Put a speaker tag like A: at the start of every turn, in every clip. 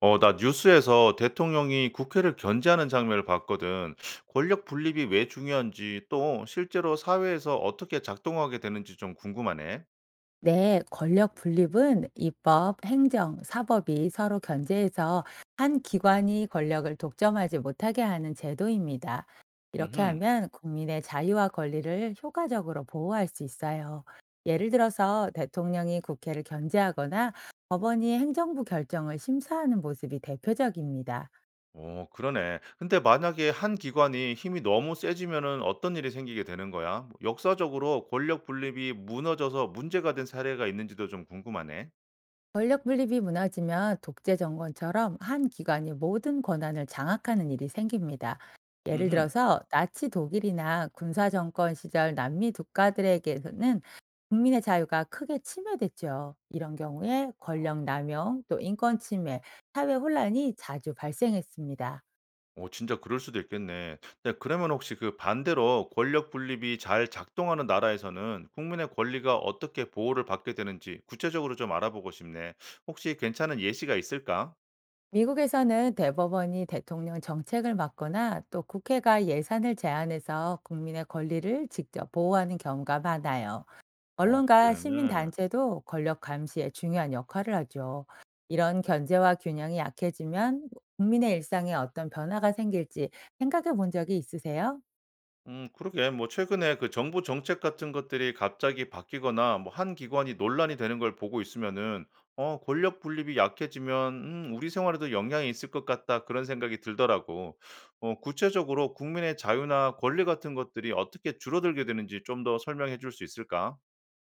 A: 어, 나 뉴스에서 대통령이 국회를 견제하는 장면을 봤거든. 권력 분립이 왜 중요한지 또 실제로 사회에서 어떻게 작동하게 되는지 좀 궁금하네.
B: 네, 권력 분립은 입법, 행정, 사법이 서로 견제해서 한 기관이 권력을 독점하지 못하게 하는 제도입니다. 이렇게
A: 음,
B: 하면 국민의 자유와 권리를 효과적으로 보호할 수 있어요. 예를 들어서 대통령이 국회를 견제하거나 법원이 행정부 결정을 심사하는 모습이 대표적입니다.
A: 어, 그러네. 근데 만약에 한 기관이 힘이 너무 세지면은 어떤 일이 생기게 되는 거야? 뭐 역사적으로 권력 분립이 무너져서 문제가 된 사례가 있는지도 좀 궁금하네.
B: 권력 분립이 무너지면 독재 정권처럼 한 기관이 모든 권한을 장악하는 일이 생깁니다. 예를
A: 음.
B: 들어서 나치 독일이나 군사 정권 시절 남미 국가들에게서는 국민의 자유가 크게 침해됐죠. 이런 경우에 권력 남용, 또 인권 침해, 사회 혼란이 자주 발생했습니다.
A: 어 진짜 그럴 수도 있겠네. 근데 그러면 혹시 그 반대로 권력 분립이 잘 작동하는 나라에서는 국민의 권리가 어떻게 보호를 받게 되는지 구체적으로 좀 알아보고 싶네. 혹시 괜찮은 예시가 있을까?
B: 미국에서는 대법원이 대통령 정책을 맡거나 또 국회가 예산을 제안해서 국민의 권리를 직접 보호하는 경우가 많아요.
A: 어
B: 언론과
A: 그래.
B: 시민단체도 권력 감시에 중요한 역할을 하죠. 이런 견제와 균형이 약해지면 국민의 일상에 어떤 변화가 생길지 생각해 본 적이 있으세요?
A: 그러게 뭐 최근에 그 정부 정책 같은 것들이 갑자기 바뀌거나 뭐 한 기관이 논란이 되는 걸 보고 있으면은 '어 권력 분립이 약해지면 우리 생활에도 영향이 있을 것 같다.' 그런 생각이 들더라고. 어 구체적으로 국민의 자유나 권리 같은 것들이 어떻게 줄어들게 되는지 좀 더 설명해 줄 수 있을까?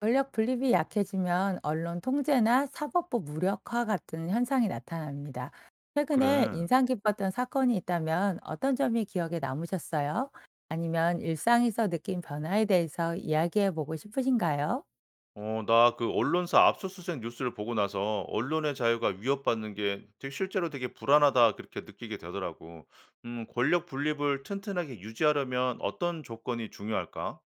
B: 권력 분립이 약해지면 언론 통제나 사법부 무력화 같은 현상이 나타납니다. 최근에
A: 그래.
B: 인상 깊었던 사건이 있다면 어떤 점이 기억에 남으셨어요? 아니면 일상에서 느낀 변화에 대해서 이야기해 보고 싶으신가요?
A: 어, 나 그 언론사 압수수색 뉴스를 보고 나서 언론의 자유가 위협받는 게 되게 실제로 되게 불안하다 그렇게 느끼게 되더라고. 권력 분립을 튼튼하게 유지하려면 어떤 조건이 중요할까?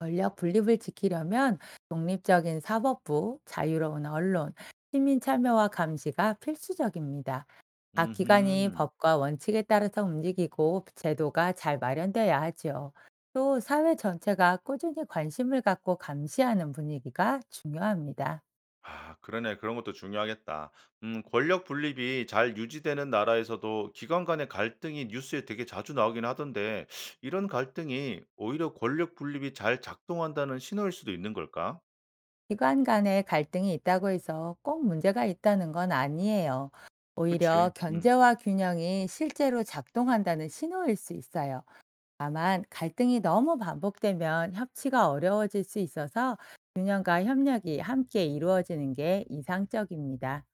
B: 권력 분립을 지키려면 독립적인 사법부, 자유로운 언론, 시민 참여와 감시가 필수적입니다. 각 기관이
A: 음,
B: 법과 원칙에 따라서 움직이고 제도가 잘 마련돼야 하죠. 또 사회 전체가 꾸준히 관심을 갖고 감시하는 분위기가 중요합니다.
A: 아, 그러네. 그런 것도 중요하겠다. 권력 분립이 잘 유지되는 나라에서도 기관 간의 갈등이 뉴스에 되게 자주 나오긴 하던데, 이런 갈등이 오히려 권력 분립이 잘 작동한다는 신호일 수도 있는 걸까?
B: 기관 간의 갈등이 있다고 해서 꼭 문제가 있다는 건 아니에요. 오히려
A: 그치. 음.
B: 견제와 균형이 실제로 작동한다는 신호일 수 있어요. 다만 갈등이 너무 반복되면 협치가 어려워질 수 있어서 균형과 협력이 함께 이루어지는 게 이상적입니다.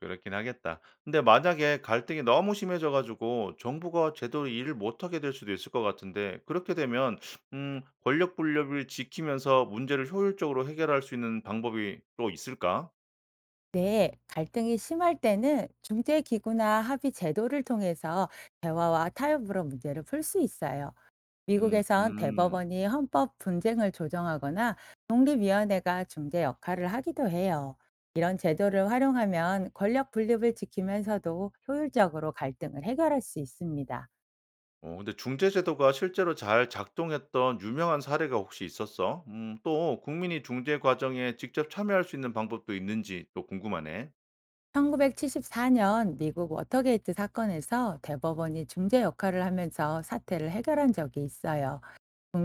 A: 그렇긴 하겠다. 근데 만약에 갈등이 너무 심해져 가지고 정부가 제대로 일을 못 하게 될 수도 있을 것 같은데 그렇게 되면 권력 분립을 지키면서 문제를 효율적으로 해결할 수 있는 방법이 또 있을까?
B: 네, 갈등이 심할 때는 중재기구나 합의 제도를 통해서 대화와 타협으로 문제를 풀 수 있어요. 미국에선
A: 음음.
B: 대법원이 헌법 분쟁을 조정하거나 독립위원회가 중재 역할을 하기도 해요. 이런 제도를 활용하면 권력 분립을 지키면서도 효율적으로 갈등을 해결할 수 있습니다.
A: 어 근데 중재 제도가 실제로 잘 작동했던 유명한 사례가 혹시 있었어? 또 국민이 중재 과정에 직접 참여할 수 있는 방법도 있는지 또 궁금하네.
B: 1974년 미국 워터게이트 사건에서 대법원이 중재 역할을 하면서 사태를 해결한 적이 있어요.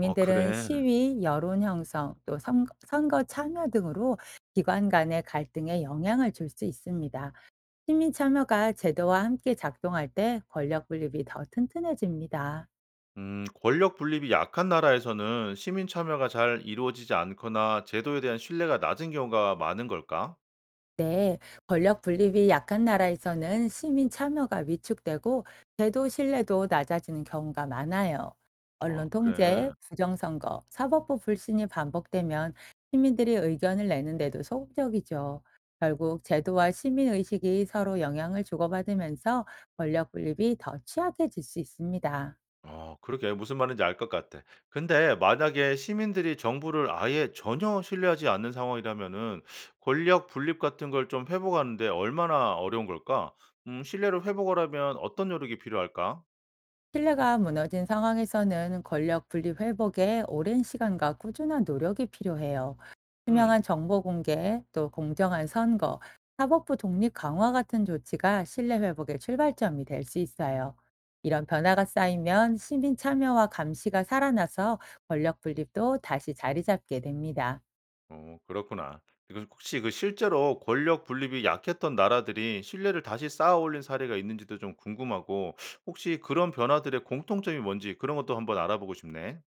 A: 어 그래.
B: 시위, 여론 형성, 또 선거 참여 등으로 기관 간의 갈등에 영향을 줄 수 있습니다. 시민 참여가 제도와 함께 작동할 때 권력 분립이 더 튼튼해집니다.
A: 권력 분립이 약한 나라에서는 시민 참여가 잘 이루어지지 않거나 제도에 대한 신뢰가 낮은 경우가 많은 걸까?
B: 네, 권력 분립이 약한 나라에서는 시민 참여가 위축되고 제도 신뢰도 낮아지는 경우가 많아요.
A: 아,
B: 언론 통제,
A: 그래.
B: 부정선거, 사법부 불신이 반복되면 시민들이 의견을 내는데도 소극적이죠. 결국 제도와 시민의식이 서로 영향을 주고받으면서 권력 분립이 더 취약해질 수 있습니다.
A: 아, 그러게. 무슨 말인지 알 것 같아. 근데 만약에 시민들이 정부를 아예 전혀 신뢰하지 않는 상황이라면은 권력 분립 같은 걸 좀 회복하는데 얼마나 어려운 걸까? 신뢰를 회복하려면 어떤 노력이 필요할까?
B: 신뢰가 무너진 상황에서는 권력 분립 회복에 오랜 시간과 꾸준한 노력이 필요해요.
A: 음.
B: 투명한 정보 공개, 또 공정한 선거, 사법부 독립 강화 같은 조치가 신뢰 회복의 출발점이 될 수 있어요. 이런 변화가 쌓이면 시민 참여와 감시가 살아나서 권력 분립도 다시 자리 잡게 됩니다.
A: 어 그렇구나. 그 혹시 그 실제로 권력 분립이 약했던 나라들이 신뢰를 다시 쌓아 올린 사례가 있는지도 좀 궁금하고 혹시 그런 변화들의 공통점이 뭔지 그런 것도 한번 알아보고 싶네.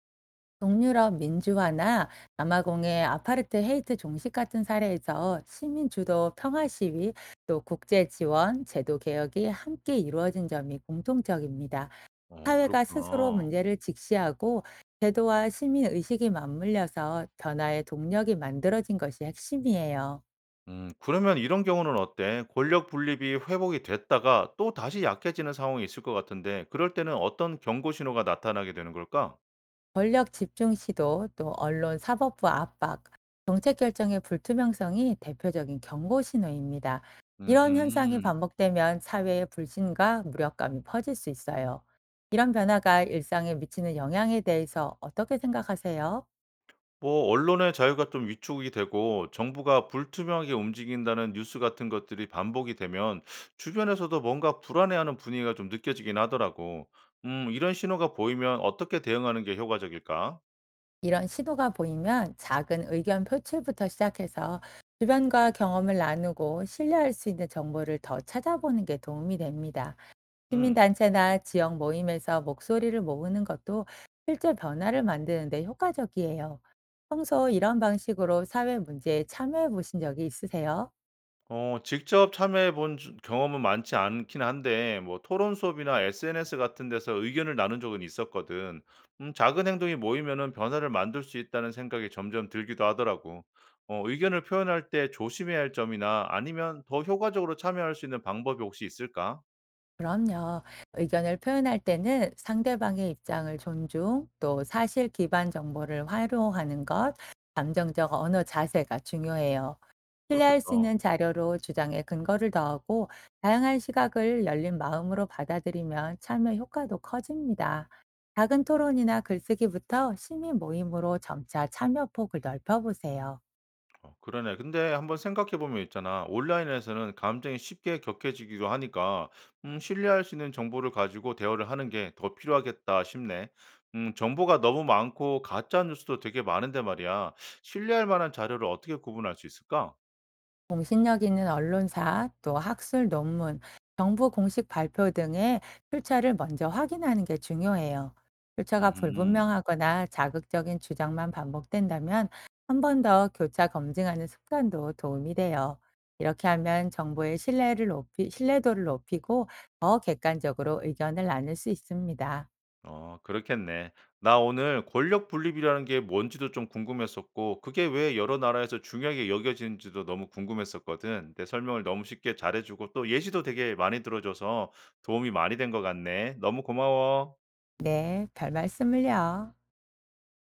B: 동유럽 민주화나 남아공의 아파르트 헤이트 종식 같은 사례에서 시민 주도 평화 시위 또 국제 지원, 제도 개혁이 함께 이루어진 점이 공통적입니다.
A: 어
B: 사회가 스스로
A: 그렇구나.
B: 문제를 직시하고 제도와 시민 의식이 맞물려서 변화의 동력이 만들어진 것이 핵심이에요.
A: 그러면 이런 경우는 어때? 권력 분립이 회복이 됐다가 또 다시 약해지는 상황이 있을 것 같은데 그럴 때는 어떤 경고 신호가 나타나게 되는 걸까?
B: 권력 집중 시도 또 언론 사법부 압박, 정책 결정의 불투명성이 대표적인 경고 신호입니다. 이런 현상이
A: 음흠.
B: 반복되면 사회의 불신과 무력감이 퍼질 수 있어요. 이런 변화가 일상에 미치는 영향에 대해서 어떻게 생각하세요?
A: 뭐 언론의 자유가 좀 위축이 되고 정부가 불투명하게 움직인다는 뉴스 같은 것들이 반복이 되면 주변에서도 뭔가 불안해하는 분위기가 좀 느껴지긴 하더라고. 이런 신호가 보이면 어떻게 대응하는 게 효과적일까?
B: 이런 신호가 보이면 작은 의견 표출부터 시작해서 주변과 경험을 나누고 신뢰할 수 있는 정보를 더 찾아보는 게 도움이 됩니다.
A: 음.
B: 시민단체나 지역 모임에서 목소리를 모으는 것도 실제 변화를 만드는 데 효과적이에요. 평소 이런 방식으로 사회 문제에 참여해 보신 적이 있으세요?
A: 어 직접 참여해 본 주 경험은 많지 않긴 한데 뭐 토론 수업이나 SNS 같은 데서 의견을 나눈 적은 있었거든. 작은 행동이 모이면은 변화를 만들 수 있다는 생각이 점점 들기도 하더라고. 어 의견을 표현할 때 조심해야 할 점이나 아니면 더 효과적으로 참여할 수 있는 방법이 혹시 있을까?
B: 그럼요. 의견을 표현할 때는 상대방의 입장을 존중, 또 사실 기반 정보를 활용하는 것, 감정적 언어 자세가 중요해요. 신뢰할 수 있는
A: 그렇겠다.
B: 자료로 주장에 근거를 더하고 다양한 시각을 열린 마음으로 받아들이면 참여 효과도 커집니다. 작은 토론이나 글쓰기부터 시민 모임으로 점차 참여 폭을 넓혀보세요.
A: 어 그러네. 근데 한번 생각해 보면 있잖아. 온라인에서는 감정이 쉽게 격해지기도 하니까 신뢰할 수 있는 정보를 가지고 대화를 하는 게 더 필요하겠다 싶네. 정보가 너무 많고 가짜 뉴스도 되게 많은데 말이야. 신뢰할 만한 자료를 어떻게 구분할 수 있을까?
B: 공신력 있는 언론사, 또 학술 논문, 정부 공식 발표 등의 출처를 먼저 확인하는 게 중요해요. 출처가
A: 음
B: 불분명하거나 자극적인 주장만 반복된다면 한 번 더 교차 검증하는 습관도 도움이 돼요. 이렇게 하면 정보의 신뢰를 높이, 신뢰도를 높이고 더 객관적으로 의견을 나눌 수 있습니다.
A: 어, 그렇겠네. 나 오늘 권력 분립이라는 게 뭔지도 좀 궁금했었고, 그게 왜 여러 나라에서 중요하게 여겨지는지도 너무 궁금했었거든. 내 설명을 너무 쉽게 잘해주고, 또 예시도 되게 많이 들어줘서 도움이 많이 된 것 같네. 너무 고마워.
B: 네, 별 말씀을요.